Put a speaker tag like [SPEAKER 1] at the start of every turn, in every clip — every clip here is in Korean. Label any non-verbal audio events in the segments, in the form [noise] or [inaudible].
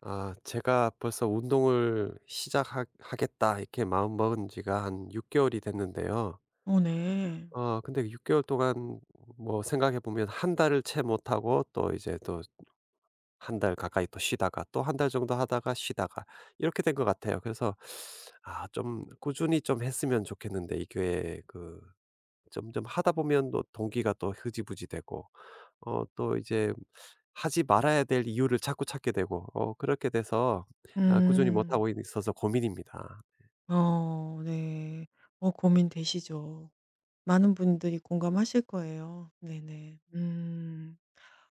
[SPEAKER 1] 아, 제가 벌써 운동을 시작하겠다 이렇게 마음먹은 지가 한 6개월이 됐는데요.
[SPEAKER 2] 네.
[SPEAKER 1] 근데 6개월 동안 뭐 생각해 보면 한 달을 채 못하고 또 이제 또 한 달 가까이 또 쉬다가 또 한 달 정도 하다가 쉬다가 이렇게 된 것 같아요. 그래서 좀 꾸준히 좀 했으면 좋겠는데 이게 점점 하다 보면 또 동기가 또 흐지부지 되고 또 이제 하지 말아야 될 이유를 자꾸 찾게 되고 그렇게 돼서 아 네. 꾸준히
[SPEAKER 2] 음.
[SPEAKER 1] 못하고 있어서 고민입니다.
[SPEAKER 2] 네. 고민되시죠. 많은 분들이 공감하실 거예요. 네네. 음.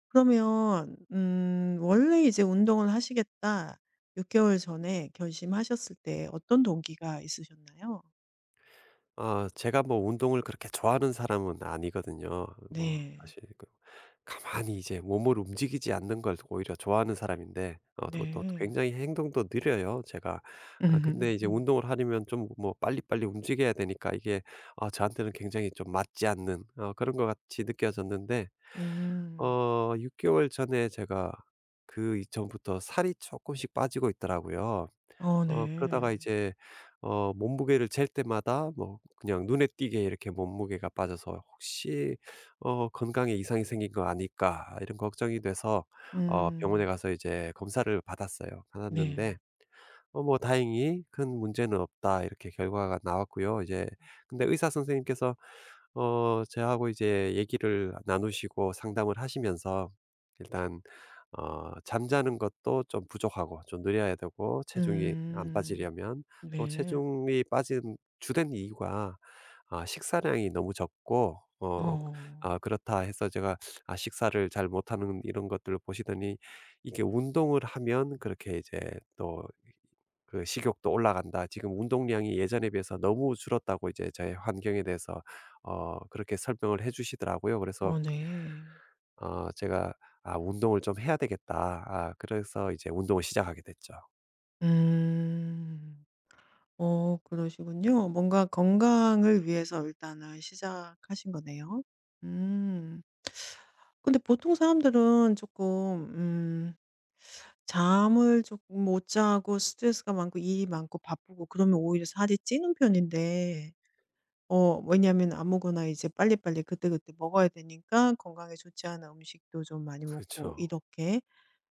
[SPEAKER 2] 그러면 원래 이제 '운동을 하시겠다.' 6개월 전에 결심하셨을 때 어떤 동기가 있으셨나요?
[SPEAKER 1] 제가 뭐 운동을 그렇게 좋아하는 사람은 아니거든요. 뭐
[SPEAKER 2] 네.
[SPEAKER 1] 사실 가만히 이제 몸을 움직이지 않는 걸 오히려 좋아하는 사람인데 또 또
[SPEAKER 2] 네.
[SPEAKER 1] 굉장히 행동도 느려요 제가. 근데 이제
[SPEAKER 2] 음.
[SPEAKER 1] 운동을 하려면 좀 뭐 빨리빨리 움직여야 되니까 이게 저한테는 굉장히 좀 맞지 않는 그런 것 같이 느껴졌는데
[SPEAKER 2] [laughs] 음.
[SPEAKER 1] 6 개월 전에 제가 그 이전부터 살이 조금씩 빠지고 있더라고요. 그러다가
[SPEAKER 2] 네.
[SPEAKER 1] 이제 몸무게를 잴 때마다 뭐 그냥 눈에 띄게 이렇게 몸무게가 빠져서 '혹시 건강에 이상이 생긴 거 아닐까?' 이런 걱정이 돼서 병원에
[SPEAKER 2] 음.
[SPEAKER 1] 가서 이제 검사를 받았어요. 받았는데
[SPEAKER 2] 네.
[SPEAKER 1] 뭐 다행히 큰 문제는 없다 이렇게 결과가 나왔고요. 이제 근데 의사 선생님께서 저하고 이제 얘기를 나누시고 상담을 하시면서 일단 잠자는 것도 좀 부족하고 좀 늘려야 되고 체중이 안
[SPEAKER 2] 음.
[SPEAKER 1] 빠지려면 또
[SPEAKER 2] 네.
[SPEAKER 1] 체중이 빠진 주된 이유가 식사량이 너무 적고
[SPEAKER 2] 어.
[SPEAKER 1] 그렇다 해서 제가 식사를 잘 못하는 이런 것들을 보시더니 이게 운동을 하면 그렇게 이제 또 그 식욕도 올라간다. 지금 운동량이 예전에 비해서 너무 줄었다고 이제 저의 환경에 대해서 그렇게 설명을 해 주시더라고요. 그래서
[SPEAKER 2] 네.
[SPEAKER 1] 제가 '아 운동을 좀 해야 되겠다.' 그래서 이제 운동을 시작하게 됐죠.
[SPEAKER 2] 음. 그러시군요. 뭔가 건강을 위해서 일단은 시작하신 거네요. 음. 근데 보통 사람들은 조금 음 잠을 조금 못 자고 스트레스가 많고 일이 많고 바쁘고 그러면 오히려 살이 찌는 편인데 왜냐하면 아무거나 이제 빨리빨리 그때그때 먹어야 되니까 건강에 좋지 않은 음식도 좀 많이
[SPEAKER 1] 그
[SPEAKER 2] 먹고
[SPEAKER 1] 죠
[SPEAKER 2] 이렇게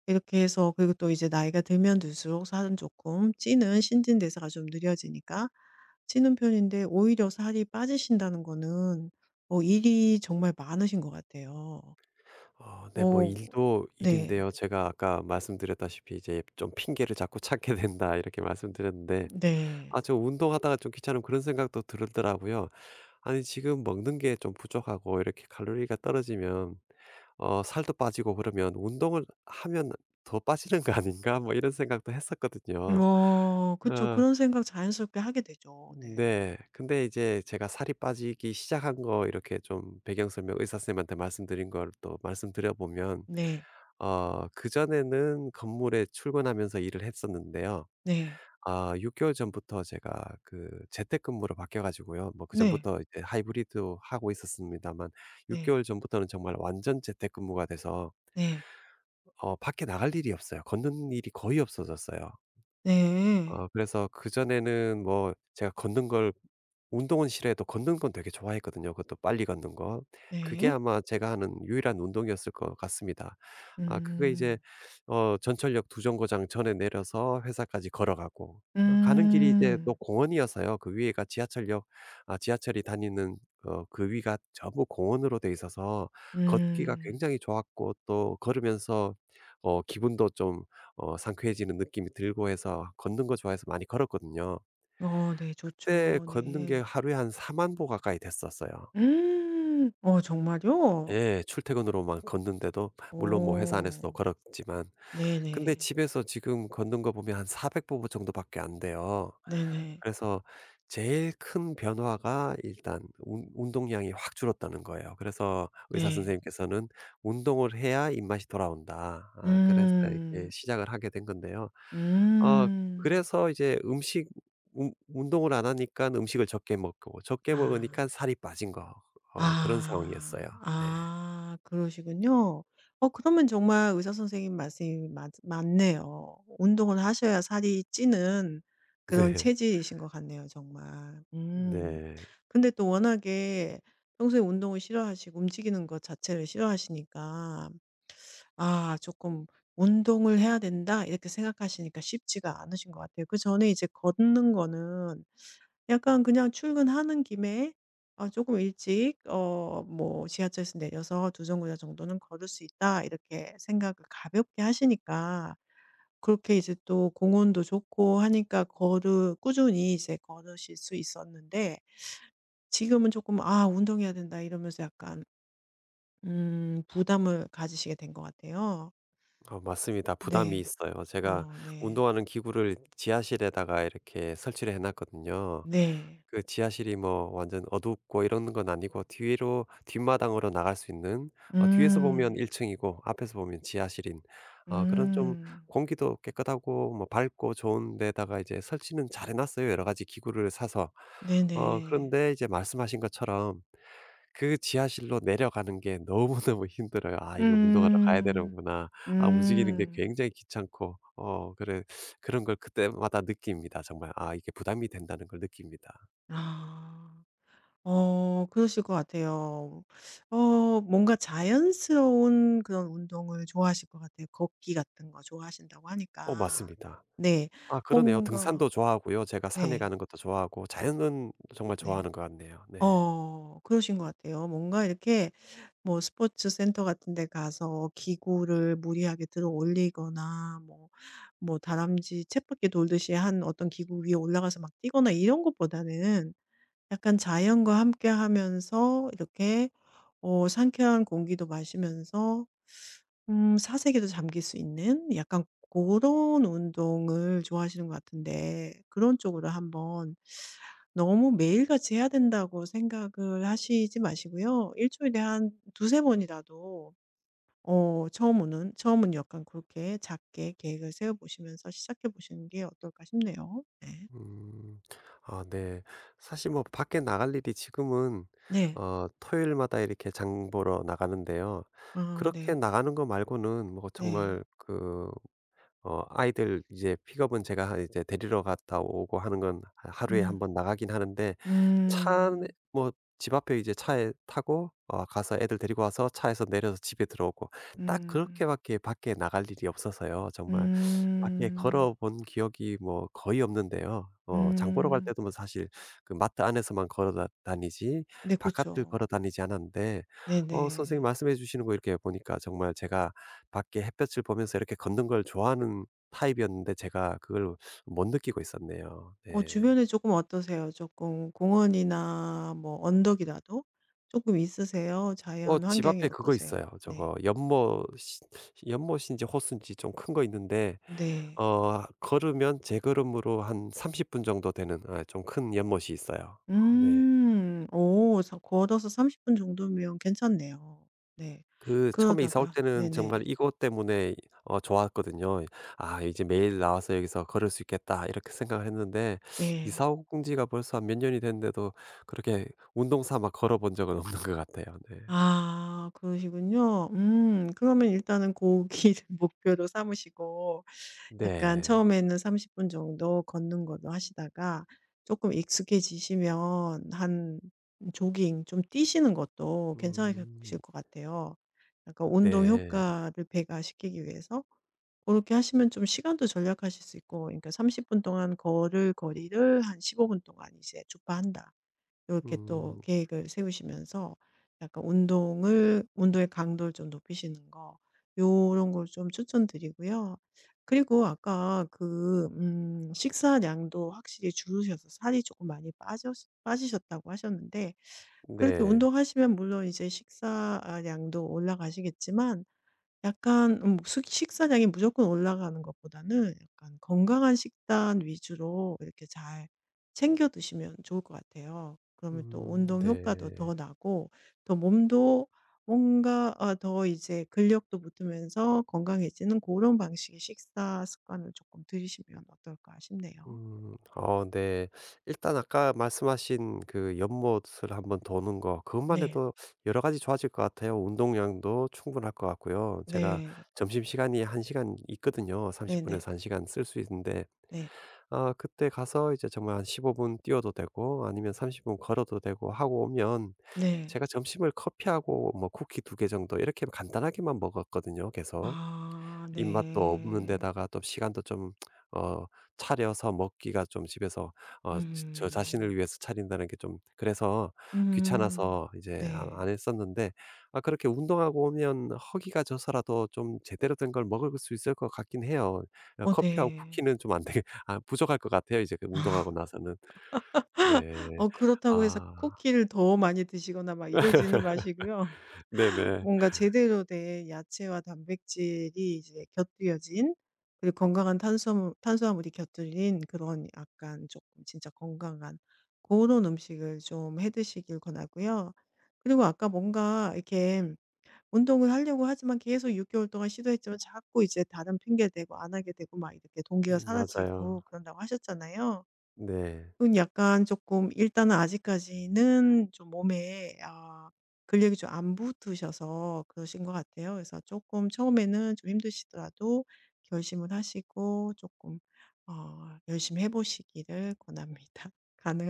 [SPEAKER 2] 이렇게 해서 그리고 또 이제 나이가 들면 들수록 살은 조금 찌는 신진대사가 좀 느려지니까 찌는 편인데 오히려 살이 빠지신다는 거는 일이 정말 많으신 것 같아요.
[SPEAKER 1] 어 네. 뭐
[SPEAKER 2] 어
[SPEAKER 1] 일도
[SPEAKER 2] 네.
[SPEAKER 1] 일인데요. 제가 아까 말씀드렸다시피 이제 좀 '핑계를 자꾸 찾게 [laughs] 된다.' 이렇게 말씀드렸는데
[SPEAKER 2] 네.
[SPEAKER 1] 저 운동하다가 좀 귀찮으면 그런 생각도 들더라고요. 아니 지금 먹는 게 좀 부족하고 이렇게 칼로리가 떨어지면 살도 빠지고 그러면 '운동을 하면 더 빠지는 거 아닌가?' 뭐 이런 생각도 했었거든요.
[SPEAKER 2] 그쵸.
[SPEAKER 1] 어.
[SPEAKER 2] 그런 생각 자연스럽게 하게 되죠. 네.
[SPEAKER 1] 네. 근데 이제 제가 살이 빠지기 시작한 거 이렇게 좀 배경 설명 의사 선생님한테 말씀드린 걸 또 말씀드려 보면
[SPEAKER 2] 네.
[SPEAKER 1] 그전에는 건물에 출근하면서 일을 했었는데요.
[SPEAKER 2] 네.
[SPEAKER 1] 6 개월 전부터 제가 그 재택근무로 바뀌어 가지고요. 뭐
[SPEAKER 2] 네.
[SPEAKER 1] 그전부터 이제 하이브리드 하고 있었습니다만 6
[SPEAKER 2] 네.
[SPEAKER 1] 개월 전부터는 정말 완전 재택근무가 돼서
[SPEAKER 2] 네.
[SPEAKER 1] 밖에 나갈 일이 없어요. 걷는 일이 거의 없어졌어요.
[SPEAKER 2] 네.
[SPEAKER 1] 그래서 그전에는 뭐 제가 걷는 걸 운동은 싫어해도 걷는 건 되게 좋아했거든요. 그것도 빨리 걷는 거. 그게
[SPEAKER 2] 네.
[SPEAKER 1] 아마 제가 하는 유일한 운동이었을 것 같습니다. 그게 이제
[SPEAKER 2] 음.
[SPEAKER 1] 전철역 두 정거장 전에 내려서 회사까지 걸어가고 가는 길이 이제 또
[SPEAKER 2] 음.
[SPEAKER 1] 공원이어서요. 그 위에가 지하철역, 지하철이 다니는 그 위가 전부 공원으로 돼 있어서 걷기가
[SPEAKER 2] 음.
[SPEAKER 1] 굉장히 좋았고 또 걸으면서 기분도 좀 상쾌해지는 느낌이 들고 해서 걷는 거 좋아해서 많이 걸었거든요.
[SPEAKER 2] 네.
[SPEAKER 1] 그때
[SPEAKER 2] 좋죠.
[SPEAKER 1] 걷는 게
[SPEAKER 2] 네.
[SPEAKER 1] 하루에 한4만보 가까이 됐었어요.
[SPEAKER 2] 음. 정말요?
[SPEAKER 1] 예. 출퇴근으로만 걷는데도 물론 뭐 회사 안에서도
[SPEAKER 2] 오~~
[SPEAKER 1] 걸었지만 근데
[SPEAKER 2] 네네.
[SPEAKER 1] 집에서 지금 걷는 거 보면 한 400 보보 정도밖에 안 돼요.
[SPEAKER 2] 네네.
[SPEAKER 1] 그래서 제일 큰 변화가 일단 운 운동량이 확 줄었다는 거예요. 그래서 의사
[SPEAKER 2] 네.
[SPEAKER 1] 선생님께서는 "운동을 해야 입맛이 돌아온다." 그래서 이렇게
[SPEAKER 2] 음.
[SPEAKER 1] 시작을 하게 된 건데요. 어
[SPEAKER 2] 음.
[SPEAKER 1] 그래서 이제 음식 운 운동을 안 하니까 음식을 적게 먹고 적게 먹으니까
[SPEAKER 2] 아.
[SPEAKER 1] 살이 빠진 거, 그런 상황이었어요.
[SPEAKER 2] 아.
[SPEAKER 1] 네.
[SPEAKER 2] 아, 그러시군요. 그러면 정말 의사 선생님 말씀이 맞 맞네요. 운동을 하셔야 살이 찌는 그런
[SPEAKER 1] 네.
[SPEAKER 2] 체질이신 것 같네요 정말. 음.
[SPEAKER 1] 네.
[SPEAKER 2] 근데 또 워낙에 평소에 운동을 싫어하시고 움직이는 것 자체를 싫어하시니까 아 조금 '운동을 해야 된다.' 이렇게 생각하시니까 쉽지가 않으신 것 같아요. 그전에 이제 걷는 거는 약간 그냥 출근하는 김에 아 조금 일찍 뭐 '지하철에서 내려서 두 정거장 정도는 걸을 수 있다.' 이렇게 생각을 가볍게 하시니까 그렇게 이제 또 공원도 좋고 하니까 걸을 꾸준히 이제 걸으실 수 있었는데 지금은 조금 '아 운동해야 된다.' 이러면서 약간 부담을 가지시게 된 것 같아요.
[SPEAKER 1] 어 맞습니다. 부담이
[SPEAKER 2] 네.
[SPEAKER 1] 있어요. 제가
[SPEAKER 2] 네.
[SPEAKER 1] 운동하는 기구를 지하실에다가 이렇게 설치를 해 놨거든요.
[SPEAKER 2] 네.
[SPEAKER 1] 그 지하실이 뭐 완전 어둡고 이런 건 아니고 뒤로 뒷마당으로 나갈 수 있는, 뒤에서 보면
[SPEAKER 2] 음.
[SPEAKER 1] 1 층이고 앞에서 보면 지하실인, 그런 좀
[SPEAKER 2] 음.
[SPEAKER 1] 공기도 깨끗하고 뭐 밝고 좋은 데다가 이제 설치는 잘 해 놨어요, 여러 가지 기구를 사서.
[SPEAKER 2] 네네.
[SPEAKER 1] 그런데 이제 말씀하신 것처럼 그 지하실로 내려가는 게 너무너무 [laughs] 힘들어요. '아 이게 운동하러 가야
[SPEAKER 2] 음.
[SPEAKER 1] 되는구나.' 움직이는 게
[SPEAKER 2] 음.
[SPEAKER 1] 굉장히 귀찮고, 그래, 그런 걸 그때마다 느낍니다. 정말 아 이게 부담이 된다는 걸 느낍니다.
[SPEAKER 2] 아. 그러실 것 같아요. 뭔가 자연스러운 그런 운동을 좋아하실 것 같아요. 걷기 같은 거 좋아하신다고
[SPEAKER 1] 어
[SPEAKER 2] 하니까.
[SPEAKER 1] 맞습니다.
[SPEAKER 2] 네.
[SPEAKER 1] 아 그러네요.
[SPEAKER 2] 뭔가
[SPEAKER 1] 등산도 좋아하고요. 제가 산에
[SPEAKER 2] 네.
[SPEAKER 1] 가는 것도 좋아하고 자연은 정말
[SPEAKER 2] 네.
[SPEAKER 1] 좋아하는 것 같네요. 네.
[SPEAKER 2] 그러신 것 같아요. 뭔가 이렇게 뭐 스포츠 센터 같은 데 가서 기구를 무리하게 들어 올리거나 뭐 다람쥐 쳇바퀴 돌듯이 한 어떤 기구 위에 올라가서 막 뛰거나 이런 것보다는 약간 자연과 함께 하면서 이렇게 상쾌한 공기도 마시면서 사색에도 잠길 수 있는 약간 고런 운동을 좋아하시는 것 같은데 그런 쪽으로 한번 너무 매일같이 해야 된다고 생각을 하시지 마시고요. 일주일에 한 두세 번이라도 처음은 약간 그렇게 작게 계획을 세워 보시면서 시작해 보시는 게 어떨까 싶네요. 네.
[SPEAKER 1] 음. 아 네. 사실 뭐 밖에 나갈 일이 지금은,
[SPEAKER 2] 네.
[SPEAKER 1] 토요일마다 이렇게 장 보러 나가는데요.
[SPEAKER 2] 아
[SPEAKER 1] 그렇게
[SPEAKER 2] 네.
[SPEAKER 1] 나가는 거 말고는 뭐
[SPEAKER 2] 네.
[SPEAKER 1] 정말 아이들 이제 픽업은 제가 이제 데리러 갔다 오고 하는 건 하 하루에 한
[SPEAKER 2] 음.
[SPEAKER 1] 번 나가긴 하는데, 차
[SPEAKER 2] 음.
[SPEAKER 1] 뭐 집 앞에 이제 차에 타고 가서 애들 데리고 와서 차에서 내려서 집에 들어오고 딱
[SPEAKER 2] 음.
[SPEAKER 1] 그렇게밖에 밖에 나갈 일이 없어서요. 정말 밖에
[SPEAKER 2] 음.
[SPEAKER 1] 걸어본 기억이 뭐 거의 없는데요. 장 보러 갈
[SPEAKER 2] 음.
[SPEAKER 1] 때도 뭐 사실 그 마트 안에서만 걸어 다 다니지
[SPEAKER 2] 네
[SPEAKER 1] 바깥을 걸어
[SPEAKER 2] 그렇죠.
[SPEAKER 1] 다니지 않았는데,
[SPEAKER 2] 네네.
[SPEAKER 1] 선생님 말씀해 주시는 거 이렇게 보니까 정말 제가 밖에 햇볕을 보면서 이렇게 걷는 걸 좋아하는 타입이었는데 제가 그걸 못 느끼고 있었네요. 네.
[SPEAKER 2] 주변에 조금 어떠세요? 조금 공원이나 뭐 언덕이라도 조금 있으세요?
[SPEAKER 1] 어
[SPEAKER 2] 자연
[SPEAKER 1] 집
[SPEAKER 2] 환경이
[SPEAKER 1] 앞에 그거
[SPEAKER 2] 어떠세요?
[SPEAKER 1] 있어요.
[SPEAKER 2] 네.
[SPEAKER 1] 저거 연못인지 호수인지 좀 큰 거 있는데,
[SPEAKER 2] 네.
[SPEAKER 1] 걸으면 제 걸음으로 한 30분 정도 되는 좀 큰 연못이 있어요. 어 네.
[SPEAKER 2] 음. 오, 사 걸어서 30분 정도면 괜찮네요. 네.
[SPEAKER 1] 그 처음에 이사 올
[SPEAKER 2] 그러다가
[SPEAKER 1] 때는 정말
[SPEAKER 2] 네네.
[SPEAKER 1] 이것 때문에 좋았거든요. '아 이제 매일 나와서 여기서 걸을 수 있겠다.' 이렇게 생각을 했는데
[SPEAKER 2] 네.
[SPEAKER 1] 이사 온 지가 벌써 한 몇 년이 됐는데도 그렇게 운동 삼아 걸어 본 적은 없는 것 같아요. 네.
[SPEAKER 2] 아, 그러시군요. 음. 그러면 일단은 고기를 [laughs] 목표로 삼으시고 약간
[SPEAKER 1] 네.
[SPEAKER 2] 처음에는 30분 정도 걷는 걸로 하시다가 조금 익숙해지시면 한 조깅 좀 뛰시는 것도
[SPEAKER 1] 음
[SPEAKER 2] 괜찮으실 것 같아요. 약간 운동
[SPEAKER 1] 네.
[SPEAKER 2] 효과를 배가시키기 위해서 그렇게 하시면 좀 시간도 절약하실 수 있고 그러니까 30분 동안 걸을 거리를 한 15분 동안 이제 주파한다. 이렇게 또
[SPEAKER 1] 음
[SPEAKER 2] 계획을 세우시면서 약간 운동을 운동의 강도를 좀 높이시는 거 요런 걸 좀 추천드리고요. 그리고 아까 그 식사량도 확실히 줄으셔서 살이 조금 많이 빠져 빠지셨다고 하셨는데 그렇게
[SPEAKER 1] 네.
[SPEAKER 2] 운동하시면 물론 이제 식사량도 올라가시겠지만 약간 식 식사량이 무조건 올라가는 것보다는 약간 건강한 식단 위주로 이렇게 잘 챙겨 드시면 좋을 것 같아요. 그러면 또 운동 효과도
[SPEAKER 1] 네.
[SPEAKER 2] 더 나고 더 몸도 뭔가 더 이제 근력도 붙으면서 건강해지는 그런 방식의 식사 습관을 조금 들이시면 어떨까 싶네요.
[SPEAKER 1] 음. 어 네. 일단 아까 말씀하신 그 연못을 한번 도는 거, 그것만
[SPEAKER 2] 네.
[SPEAKER 1] 해도 여러 가지 좋아질 것 같아요. 운동량도 충분할 것 같고요. 제가
[SPEAKER 2] 네.
[SPEAKER 1] 점심시간이 1 시간 있거든요. 30
[SPEAKER 2] 네네.
[SPEAKER 1] 분에서 1 시간 쓸 수 있는데
[SPEAKER 2] 네. 네.
[SPEAKER 1] 그때 가서 이제 정말 한 15분 뛰어도 되고 아니면 30분 걸어도 되고 하고 오면,
[SPEAKER 2] 네.
[SPEAKER 1] 제가 점심을 커피하고 뭐 쿠키 2개 정도 이렇게 간단하게만 먹었거든요 계속.
[SPEAKER 2] 아
[SPEAKER 1] 입맛도 없는
[SPEAKER 2] 네.
[SPEAKER 1] 데다가 또 시간도 좀 어 차려서 먹기가 좀 집에서, 어 지 저
[SPEAKER 2] 음.
[SPEAKER 1] 자신을 위해서 차린다는 게 좀 그래서
[SPEAKER 2] 음.
[SPEAKER 1] 귀찮아서 이제 안
[SPEAKER 2] 네.
[SPEAKER 1] 안 했었는데 그렇게 운동하고 오면 허기가 져서라도 좀 제대로 된 걸 먹을 수 있을 것 같긴 해요. 커피하고
[SPEAKER 2] 네.
[SPEAKER 1] 쿠키는 좀 안 되게 [laughs] 부족할 것 같아요, 이제 그 운동하고
[SPEAKER 2] [laughs]
[SPEAKER 1] 나서는. 네.
[SPEAKER 2] 그렇다고 해서
[SPEAKER 1] 아.
[SPEAKER 2] 쿠키를 더 많이 드시거나 막 이러지는 마시고요. [laughs]
[SPEAKER 1] 네네.
[SPEAKER 2] 뭔가 제대로 된 야채와 단백질이 이제 곁들여진 그리고 건강한 탄수화물이 곁들인 그런 약간 조금 진짜 건강한 그런 음식을 좀 해 드시길 권하고요. 그리고 아까 뭔가 이렇게 운동을 하려고 하지만 계속 6개월 동안 시도했지만 자꾸 이제 다른 핑계 대고 안 하게 되고 막 이렇게 동기가 사라지고
[SPEAKER 1] 맞아요.
[SPEAKER 2] 그런다고 하셨잖아요.
[SPEAKER 1] 네.
[SPEAKER 2] 은 약간 조금 일단은 아직까지는 좀 몸에 근력이 좀 안 붙으셔서 그러신 것 같아요. 그래서 조금 처음에는 좀 힘드시더라도 결심을 하시고 조금 열심히 해 보시기를 권합니다. [laughs]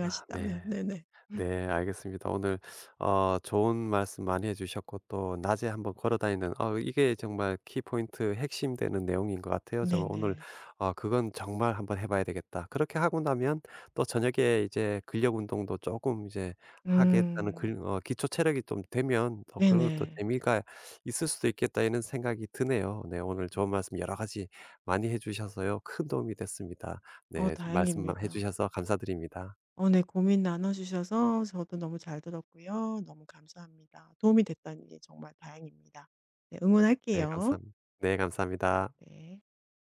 [SPEAKER 1] 아 네.
[SPEAKER 2] 네네.
[SPEAKER 1] 네, 알겠습니다. 오늘 좋은 말씀 많이 해 주셨고 또 낮에 한번 걸어 다니는, 이게 정말 키포인트 핵심 되는 내용인 것 같아요. 정말 오늘
[SPEAKER 2] 네네.
[SPEAKER 1] 그건 정말 한번 해 봐야 되겠다. 그렇게 하고 나면 또 저녁에 이제 근력 운동도 조금 이제 하겠다는,
[SPEAKER 2] 음.
[SPEAKER 1] 근 어 기초 체력이 좀 되면 또 그런 것도
[SPEAKER 2] 네네.
[SPEAKER 1] 재미가 있을 수도 있겠다 이런 생각이 드네요. 네, 오늘 좋은 말씀 여러 가지 많이 해 주셔서요. 큰 도움이 됐습니다. 네, 말씀 만해
[SPEAKER 2] 다행입니다.
[SPEAKER 1] 주셔서 감사드립니다.
[SPEAKER 2] 네. 고민 나눠 주셔서 저도 너무 잘 들었고요. 너무 감사합니다. 도움이 됐다니 정말 다행입니다. 네
[SPEAKER 1] 네,
[SPEAKER 2] 응원할게요.
[SPEAKER 1] 감사합 네, 감사합니다.
[SPEAKER 2] 네.